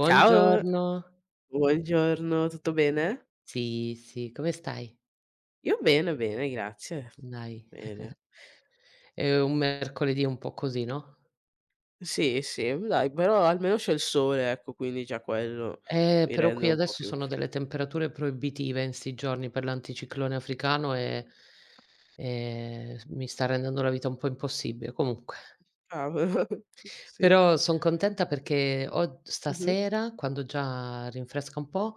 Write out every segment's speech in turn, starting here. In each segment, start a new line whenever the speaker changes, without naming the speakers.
Ciao, buongiorno, tutto bene?
Sì, sì, come stai?
Io bene, bene, grazie.
Dai,
Bene.
è un mercoledì un po' così, no?
Sì, sì, dai, però almeno c'è il sole, ecco, quindi già quello mi
Però
rende
qui
un po'
adesso
più
sono delle temperature proibitive in 'sti giorni per l'anticiclone africano e s mi sta rendendo la vita un po' impossibile. Comunque
bravo. Sì.
però son contenta perché od
Mh-mh,
stasera, quando già rinfresca un po',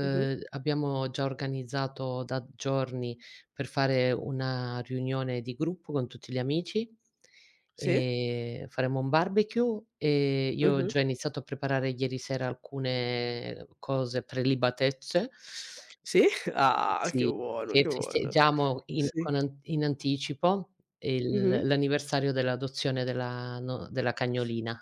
mh-mh,
abbiamo già organizzato da giorni per fare una riunione di gruppo con tutti gli amici.
sì,
Faremo un barbecue e io ho
mh-mh,
già iniziato a preparare ieri sera alcune cose, prelibatezze.
sì? Ah, che
Sì,
buono,
che
che buono.
festeggiamo in
Sì.
con an in anticipo il
Mh-mh.
l'anniversario dell'adozione della no della cagnolina.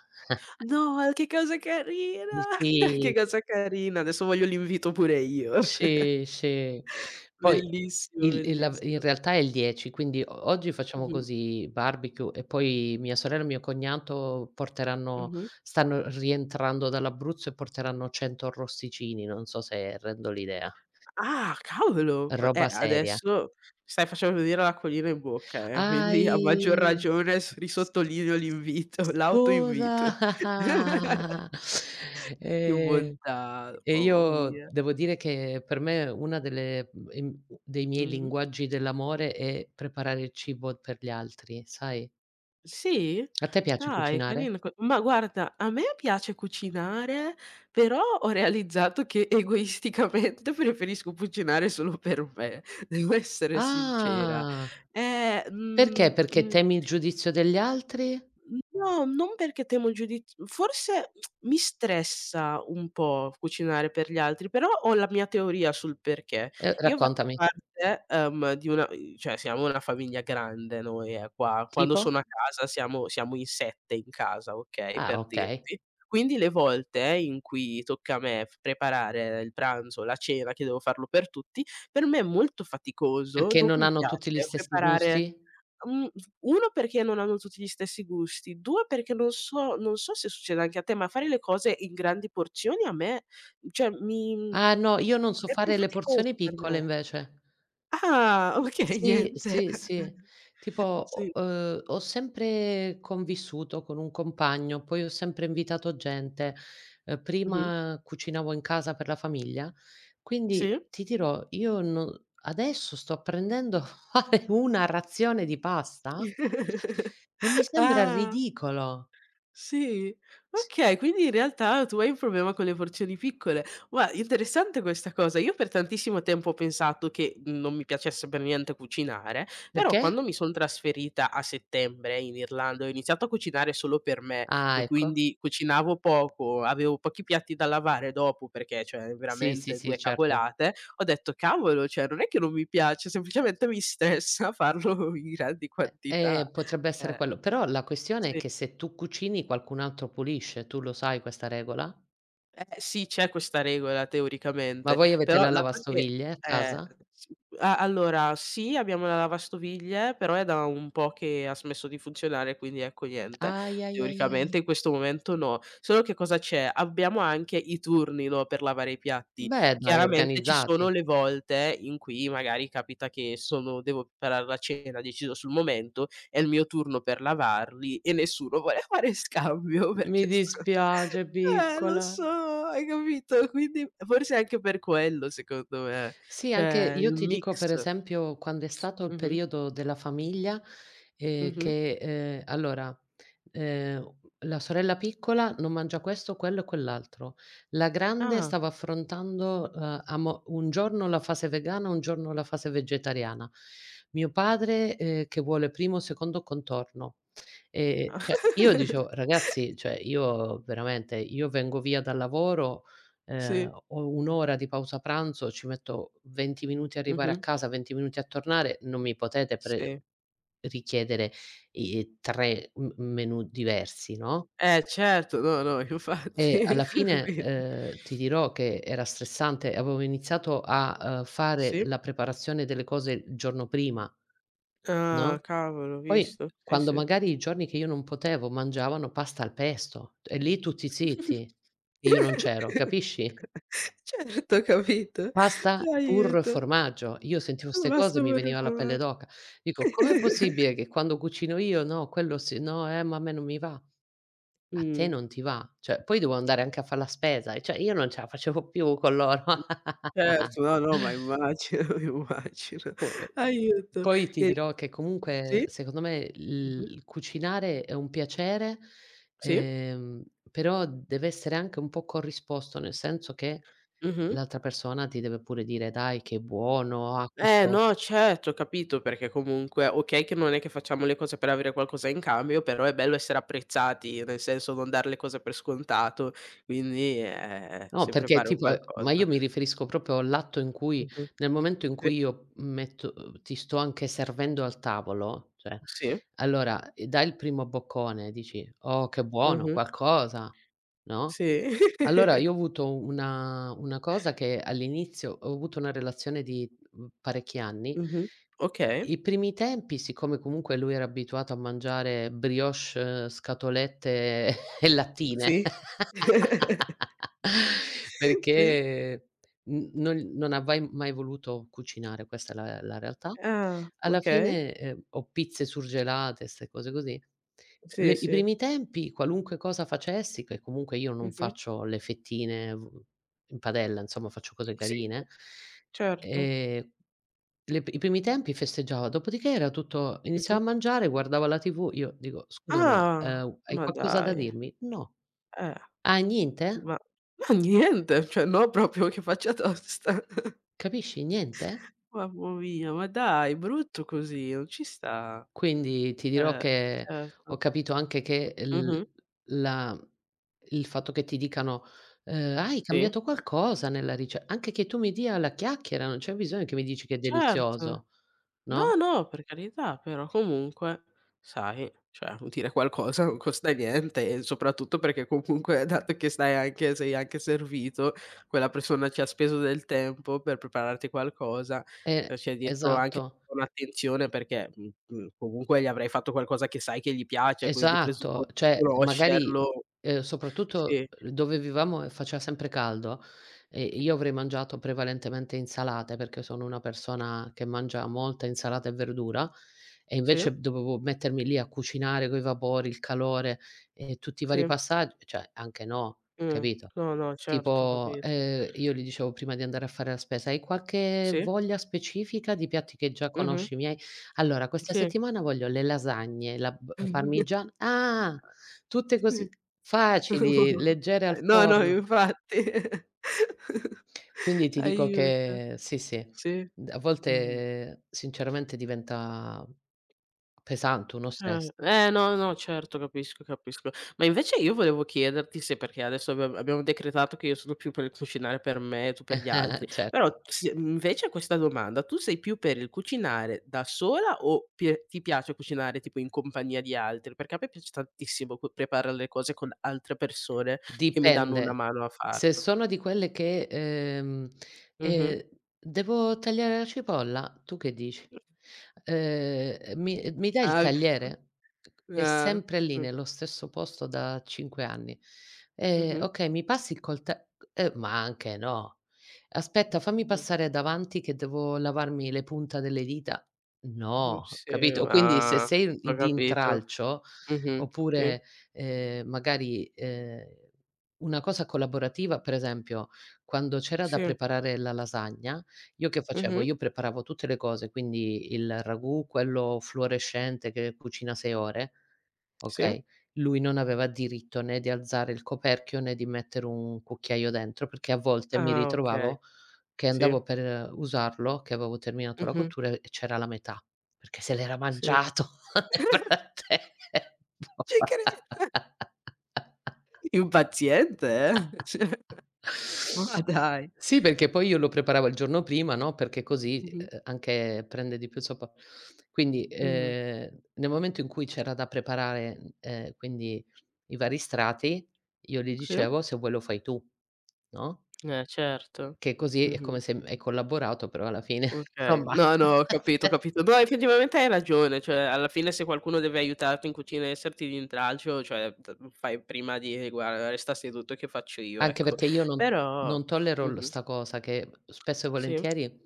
No, che cosa carina!
Di
Che
sì,
cosa carina, adesso voglio l'invito pure io.
sì, sì. Poi
Bellissimo,
il la in
bellissimo.
realtà è il 10, quindi o oggi facciamo
Mh-mh,
così, barbecue, e poi mia sorella e mio cognato porteranno
mh-mh.
stanno rientrando dall'Abruzzo e porteranno 100 arrosticini, non so se rendo l'idea.
Ah, cavolo!
Roba seria.
Adesso stai facendo venire l'acquolina in bocca,
Ah,
quindi a maggior
i
ragione s
s s
risottolineo l'invito, l'autoinvito.
scusa.
Che
Ehm
bontà,
E
mamma
io
mia.
devo dire che per me una delle dei miei
Mh-mh.
linguaggi dell'amore è preparare il cibo per gli altri, sai?
Sì?
A te piace
Dai,
cucinare?
carina co ma guarda, a me piace cucinare, però ho realizzato che egoisticamente preferisco cucinare solo per me, devo essere sincera.
Ah!
Eh,
Perché?
mhmm,
Perché
mh
temi il giudizio degli altri?
No, non perché temo il giudiz forse mi stressa un po' cucinare per gli altri, però ho la mia teoria sul perché. Io faccio
Raccontami.
parte, di una cioè siamo una famiglia grande noi, qua. Quando
Tipo?
sono a casa siamo in 7 in casa, okay,
Ah,
per
okay.
dirti. Quindi le volte in cui tocca a me f preparare il pranzo, la cena, che devo farlo per tutti, per me è molto faticoso,
Perché
non
non
mi
hanno tutti gli
piace
stessi
preparare
gusti?
Mhmm, f 1 perché non hanno tutti gli stessi gusti, 2 perché non so se succede anche a te, ma fare le cose in grandi porzioni a me, cioè
Ah, no, io non so
è più
fare le
faticoso
porzioni
per
piccole
me.
invece.
Ah, okay,
Sì,
niente.
sì, sì. Tipo
Sì.
ho sempre convissuto con un compagno, poi ho sempre invitato gente.
Mh-mh.
Prima cucinavo in casa per la famiglia,
Sì.
quindi ti dirò, io no adesso sto apprendendo a fare una razione di pasta e mi sembra
Ah.
ridicolo.
Sì, okay, quindi in realtà tu hai un problema con le porzioni piccole. Guarda, interessante questa cosa. Io per tantissimo tempo ho pensato che non mi piacesse per niente cucinare, però
Perché?
quando mi son trasferita a settembre in Irlanda ho iniziato a cucinare solo per me,
Ah,
e
ecco.
quindi cucinavo poco, avevo pochi piatti da lavare dopo perché, cioè,
Sì, sì,
veramente
sì,
2
certo.
cavolate. Ho detto: "Cavolo, cioè non è che non mi piace, semplicemente mi stressa farlo in grandi
E
quantità."
potrebbe essere
Eh,
quello. Però la questione è
sì.
che se tu cucini qualcun altro pulisce, tu lo sai questa regola?
Eh sì, c'è questa regola
Ma
teoricamente,
voi avete
però
la
dato che
lavastoviglie a
eh,
casa?
s a allora sì, abbiamo la lavastoviglie, però è da un po' che ha smesso di funzionare, quindi ecco niente.
Ai, ai, ai, ai.
Teoricamente in questo momento no. Solo che cosa c'è? Abbiamo anche i turni, no, per lavare i piatti.
Beh dai,
Chiaramente ci sono
organizzati.
le volte in cui magari capita che sono devo preparare la cena, decido sul momento, è il mio turno per lavarli e nessuno vuole fare scambio
Mi
perché sto
dispiace
lo
piccola.
so, hai capito? Quindi forse anche per quello secondo me,
Sì, anche
cioè
io
il
ti dico
mix.
per esempio quando è stato il
Mh-mh,
periodo della famiglia, ehm,
mh-mh.
che, ehm, allora, ehm, la sorella piccola non mangia questo, quello e quell'altro. La grande
Ah.
stava affrontando, a mo un giorno la fase vegana, un giorno la fase vegetariana. Mio padre, che vuole primo, secondo contorno. Cioè io dicevo: "Ragazzi, cioè io veramente, io vengo via dal lavoro,
Sì,
ho 1 ora di pausa pranzo, ci metto 20 minuti a arrivare a
mh-mh,
casa, 20 minuti a tornare, non mi potete pre
sì.
richiedere i 3 m menù diversi, no?"
Eh certo, no, no,
E
infatti.
alla fine,
Quindi
ti dirò che era stressante. Avevo iniziato a, fare
sì.
la preparazione delle cose il giorno prima,
Ah,
no,
cavolo, ho
poi
visto. Sì,
quando
sì.
magari i giorni che io non potevo mangiavano pasta al pesto e lì tutti zitti, e io non c'ero, capisci?
Certo, ho capito.
Pasta, pur
Aiuto,
formaggio. Io sentivo 'ste cose
basta
e mi
per
veniva la pelle d'oca. Dico: "Com'è possibile che quando cucino io, no, quello sì, no, ma a me non mi va". A te
Mh.
non ti va? Cioè, poi devo andare anche a far la spesa, e cioè io non ce la facevo più con loro.
Certo, no, no, ma immagino, immagino.
Po
Aiuto.
Poi ti
E
dirò che comunque
sì,
secondo me
mh-mh,
il cucinare è un piacere,
sì,
ehm, però deve essere anche un po' corrisposto, nel senso che
mh-mh.
l'altra persona ti deve pure dire: "Dai che buono, ah questo".
No, certo, ho capito, perché comunque okay che non è che facciamo le cose per avere qualcosa in cambio, però è bello essere apprezzati, nel senso non dar le cose per scontato, quindi,
No,
se
perché
preparo
tipo ma
qualcosa
io mi riferisco proprio all'atto in cui
mh-mh,
nel momento in
sì,
cui io metto ti sto anche servendo al tavolo, cioè
sì,
allora, dai il primo boccone, dici: "Oh, che buono,
mh-mh,
qualcosa", no,
sì.
allora io ho avuto una cosa che all'inizio ho avuto una relazione di, parecchi anni.
Mh-mh, okay,
I primi tempi, siccome comunque lui era abituato a mangiare brioche, scatolette e lattine
sì. Sì,
perché n non non avrei mai voluto cucinare, questa è la realtà.
ah,
Alla
okay,
fine, o pizze surgelate, 'ste cose così, le
sì,
i
sì,
primi tempi qualunque cosa facessi, che comunque io non
mh-mh.
faccio le fettine v in padella, insomma faccio cose
Sì,
carine.
certo.
Ehm, le i primi tempi festeggiavo, dopodiché era tutto
Mh-mh.
iniziavo a mangiare, guardavo la TV, io dico: "Scusa ma,
Ah,
hai
ma
qualcosa da
dai.
dirmi?" "No".
Eh,
"Ah, niente?"
ma ma niente, cioè no proprio che faccia tosta.
Capisci? Niente?
Mamma mia, ma dai, brutto così, non ci sta.
Quindi ti dirò
Eh,
che ho
certo.
capito anche che
Mh-mh,
l la il fatto che ti dicano, "Ah, hai
sì.
cambiato qualcosa nella rice" anche che tu mi dia la chiacchiera, non c'è bisogno che mi dici che è
Certo.
delizioso, no?
No, no, per carità, però comunque sai, cioè dire qualcosa non costa niente e soprattutto perché comunque dato che stai anche sei anche servito, quella persona ci ha speso del tempo per prepararti qualcosa,
Eh,
c'è dietro anche
esatto.
un'attenzione perché, comunque gli avrai fatto qualcosa che sai che gli piace, quindi presupponi
Esatto, cioè
di
magari,
conoscerlo. Sì.
soprattutto dove vivevamo faceva sempre caldo e io avrei mangiato prevalentemente insalate, perché sono una persona che mangia molta insalata e verdura, e
Sì,
invece dovevo mettermi lì a cucinare coi vapori, il calore e tutti i
sì,
vari passag cioè anche no,
mh.
capito?
No, no, certo, ho
Tipo,
capito.
io gli dicevo prima di andare a fare la spesa: "Hai qualche
Sì,
voglia specifica di piatti che già
mh-mh,
conosci miei?" Allora, questa
sì.
settimana voglio le lasagne, la b parmigiana ah! Tutte così
Sì.
facili, leggere al
No, no,
forno.
infatti.
Quindi ti dico
Aiuto.
che sì, sì,
Sì.
d a
Mh-mh.
volte sinceramente diventa pesante, uno
Cer
stress.
no, no, certo, capisco, capisco. Ma invece io volevo chiederti se perché adesso abbiamo decretato che io sono più per il cucinare per me e tu per gli altri, però
Certo.
se invece questa domanda, tu sei più per il cucinare da sola o pie ti piace cucinare tipo in compagnia di altri? Perché a me piace tantissimo co preparare le cose con altre persone che mi danno una
Dipende.
mano a
Se
farlo.
sono di quelle che,
Mh-mh.
ehm: "Devo tagliare la cipolla? Tu che dici? Mi dai il
Ah,
tagliere?" È
ah,
sempre lì,
mh,
nello stesso posto da 5 anni.
mh-mh,
"Okay, mi passi il colte" ma anche no. "Aspetta, fammi
mh-mh,
passare davanti che devo lavarmi le punta delle dita."
mh-mh,
No,
sì,
capito? Quindi se
ah,
sei
ho
i di
capito.
intralcio
Mh-mh, sì,
oppure ehm, magari, ehm, una cosa collaborativa, per esempio, quando c'era da
sì,
preparare la lasagna, io che facevo?
mh-mh,
Io preparavo tutte le cose, quindi il ragù, quello fluorescente che cucina 6 ore,
sì.
okay, lui non aveva diritto né di alzare il coperchio, né di mettere un cucchiaio dentro, perché a volte mi
Ah, okay,
ritrovavo che
sì,
andavo per usarlo, che avevo terminato la
mh-mh,
cottura e c'era la metà, perché se l'era
sì.
mangiato nel frattempo.
Ci cre impaziente, cioè, ma dai.
Sì, perché poi io lo preparavo il giorno prima, no, perché così,
Mh-mh,
anche prende di più sopra, quindi,
mh-mh,
nel momento in cui c'era da preparare, i vari strati, io gli
sì,
dicevo: "Se vuoi lo fai tu", no,
eh certo,
che così è
mh-mh.
come se hai collaborato, però alla fine
Okay.
insomma.
No, no, ho capito, ho capito. No, effettivamente hai ragione, cioè alla fine se qualcuno deve aiutarti in cucina e esserti d'intralcio, cioè t fai prima a dire: "Guarda resta seduto che faccio io",
Anche
ecco.
perché io non
Però
non tollero l
mh-mh,
'sta cosa che spesso e
sì,
volentieri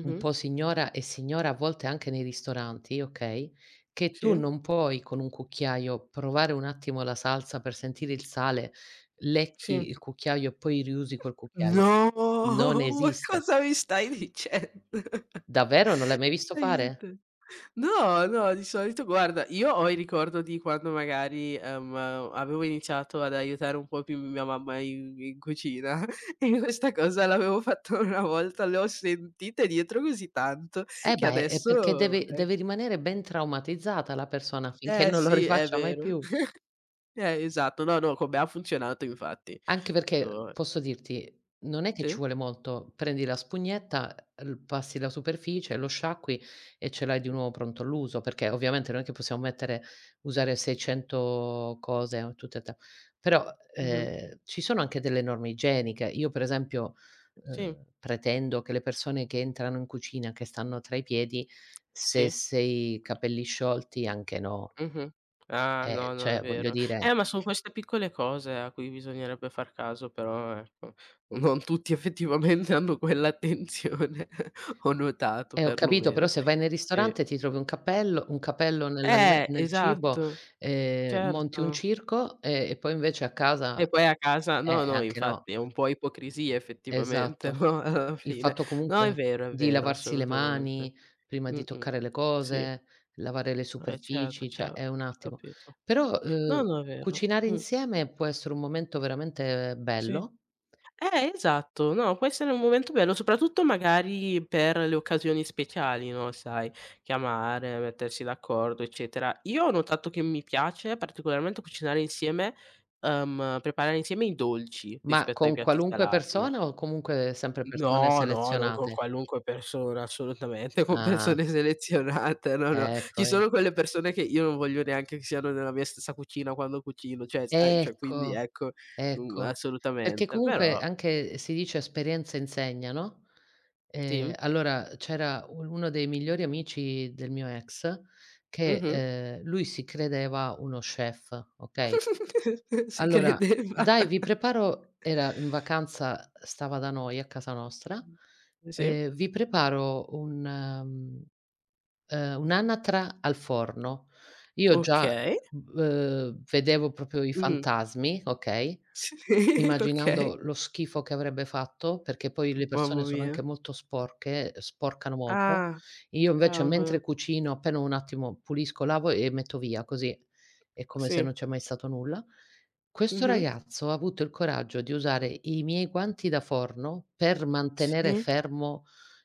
un po' signora e signora a volte anche nei ristoranti, okay, che tu
sì,
non puoi con un cucchiaio provare un attimo la salsa per sentire il sale, lecchi
sì.
il cucchiaio e poi riusi quel cucchiaio.
No,
Non
ma
esiste.
cosa mi stai dicendo?
Davvero? Non l'hai mai visto fare?
Aiuto. No, no, di solito guarda, io ho il ricordo di quando magari, avevo iniziato ad aiutare un po' più mia mamma in cucina e questa cosa l'avevo fatta una volta, le ho sentite dietro così tanto
Eh
che
beh, è perché
adesso
deve deve rimanere ben traumatizzata la persona affinché
eh
non lo
sì, è
rifaccia mai
vero.
più.
Esatto. No, no, come ha funzionato infatti.
Anche perché,
To
posso dirti, non è che ci
sì.
vuole molto. Prendi la spugnetta, l passi la superficie, lo sciacqui e ce l'hai di nuovo pronto all'uso, perché ovviamente non è che possiamo mettere usare 600 cose o tutte e ta però,
Mh-mh.
ci sono anche delle norme igieniche. Io per esempio,
Sì,
pretendo che le persone che entrano in cucina, che stanno tra i piedi, se
sì.
sei capelli sciolti anche no.
Mh-mh. Ah, no, no, è
Cioè voglio
vero.
dire
Ma son queste piccole cose a cui bisognerebbe far caso, però ecco, non tutti effettivamente hanno quell'attenzione, ho notato
eh, ho capito, però
perlomeno.
se vai nel
Sì.
ristorante ti trovi un capello nel cibo,
Esatto,
monti un
certo.
circo, e poi invece a casa
E poi a casa no,
e
no,
anche no.
infatti è un po' ipocrisia effettivamente,
Esatto.
no, alla
Il
fine.
fatto
No,
comunque
è
di
vero,
lavarsi le
assolutamente.
mani prima di
Mh-mh.
toccare le
Sì,
cose, lavare le
eh certo,
superfici, cioè
certo,
è un attimo.
capito.
Però,
No, no, è vero.
cucinare
Mh,
insieme può essere un momento veramente
sì.
bello,
Esatto. No, può essere un momento bello, soprattutto magari per le occasioni speciali, no, sai, chiamare, mettersi d'accordo, eccetera. Io ho notato che mi piace particolarmente cucinare insieme, preparare insieme i dolci
ma
rispetto ai
con
piatti
qualunque
salati.
persona o comunque sempre persone
No, no, non con
selezionate?
qualunque persona, assolutamente, con
Ah,
persone selezionate, no, no.
ecco
Ci
ve
sono quelle persone che io non voglio neanche che siano nella mia stessa cucina quando cucino, cioè s cioè quindi
Ecco,
ecco,
ecco. Perché
assolutamente,
comunque
però
anche si dice esperienza insegna, no,
sì.
allora c'era u uno dei migliori amici del mio ex che,
Mh-mh.
lui si credeva uno chef, okay.
Si
Allora:
credeva.
"Dai vi preparo" era in vacanza, stava da noi a casa nostra,
Sì,
"Vi preparo un un'anatra al forno." Io già,
okay.
vedevo proprio i
Mh.
fantasmi, okay.
Sì, okay.
Immaginando lo schifo che avrebbe fatto, perché poi le
Mamma
persone sono
mia.
anche molto sporche, sporcano molto.
Ah,
Io invece
cavolo.
mentre cucino, appena un attimo pulisco, lavo e metto via, così è come se non
Sì.
c'è mai stato nulla. Questo
Mh-mh.
ragazzo ha avuto il coraggio di usare i miei guanti da forno per mantenere
Sì.
fermo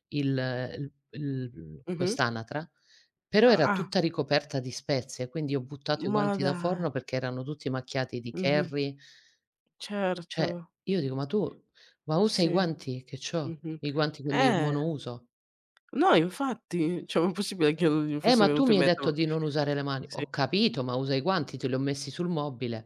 il
Mh-mh.
quest'anatra, però era
Ah,
tutta ricoperta di spezie, quindi ho buttato i
ma
guanti da
dai.
forno perché erano tutti macchiati di
Mh-mh.
curry, cioè,
Certo,
io dico: "Ma tu ma usa i
sì.
guanti che c'ho,
Mh-mh.
i guanti quelli
Eh,
monouso".
no infatti, cioè ma è possibile che non gli fosse
Ma tu
venuto in
mi hai
mente
detto di non usare le mani".
sì.
"Ho capito, ma usa i guanti, te li ho messi sul mobile".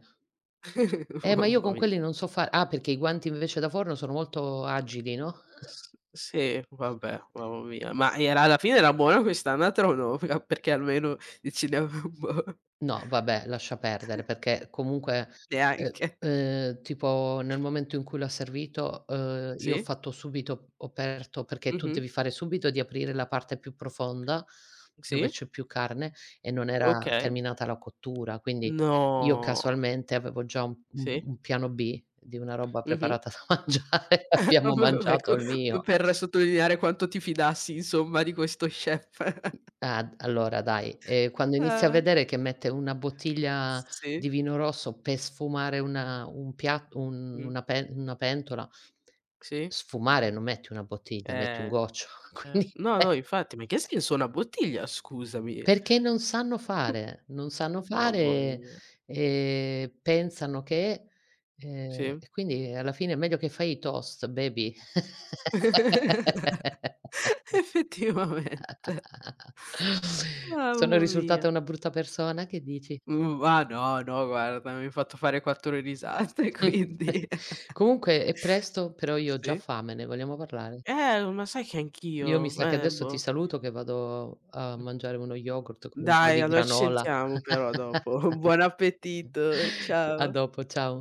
Ma io
Mamma
con quelli
mia.
non so fa" ah, perché i guanti invece da forno sono molto agili, no?
S sì, vabbè, mamma mia. Ma era alla fine era buona quest'anatra o no? P perché almeno dici ne avevo un po'
No, vabbè, lascia perdere perché comunque,
neanche.
tipo nel momento in cui l'ha servito, io ho
Sì,
fatto subito ho aperto perché tu
mh-mh,
devi fare subito di aprire la parte più profonda, dove
sì,
c'è più carne e non era
okay.
terminata la cottura, quindi io
No,
casualmente avevo già un un
sì,
un piano B di una roba
mh-mh.
preparata da mangiare, abbiamo
Vabbè,
mangiato
ecco,
il mio.
per sottolineare quanto ti fidassi insomma di questo chef.
Ah, d Allora dai, quando inizi a
Ah,
vedere che mette una bottiglia
sì,
di vino rosso per sfumare una un pia un
mh,
una pe una pentola,
sì,
sfumare non metti una bottiglia, metti un
eh,
goccio,
ce
quindi
no, no, infatti, ma che senso ha una bottiglia scusami?
perché non sanno
Mamma
fare,
mia,
pensano che
sì.
e quindi alla fine è meglio che fai i toast baby.
Effettivamente.
Sono
Mamma mia.
risultata una brutta persona, che dici?
Mhmm, ma no, no guarda, mi hai fatto fare 4 risate
Mh.
quindi
Comunque è presto, però io ho già
Sì.
fame, ne vogliamo parlare?
Ma sai che
Io mi
anch'io,
sa che adesso ti
boh.
saluto che vado a mangiare uno yogurt con un po'
Dai,
di
allora ci
granola.
sentiamo però dopo. Buon appetito,
A
ciao.
dopo, ciao.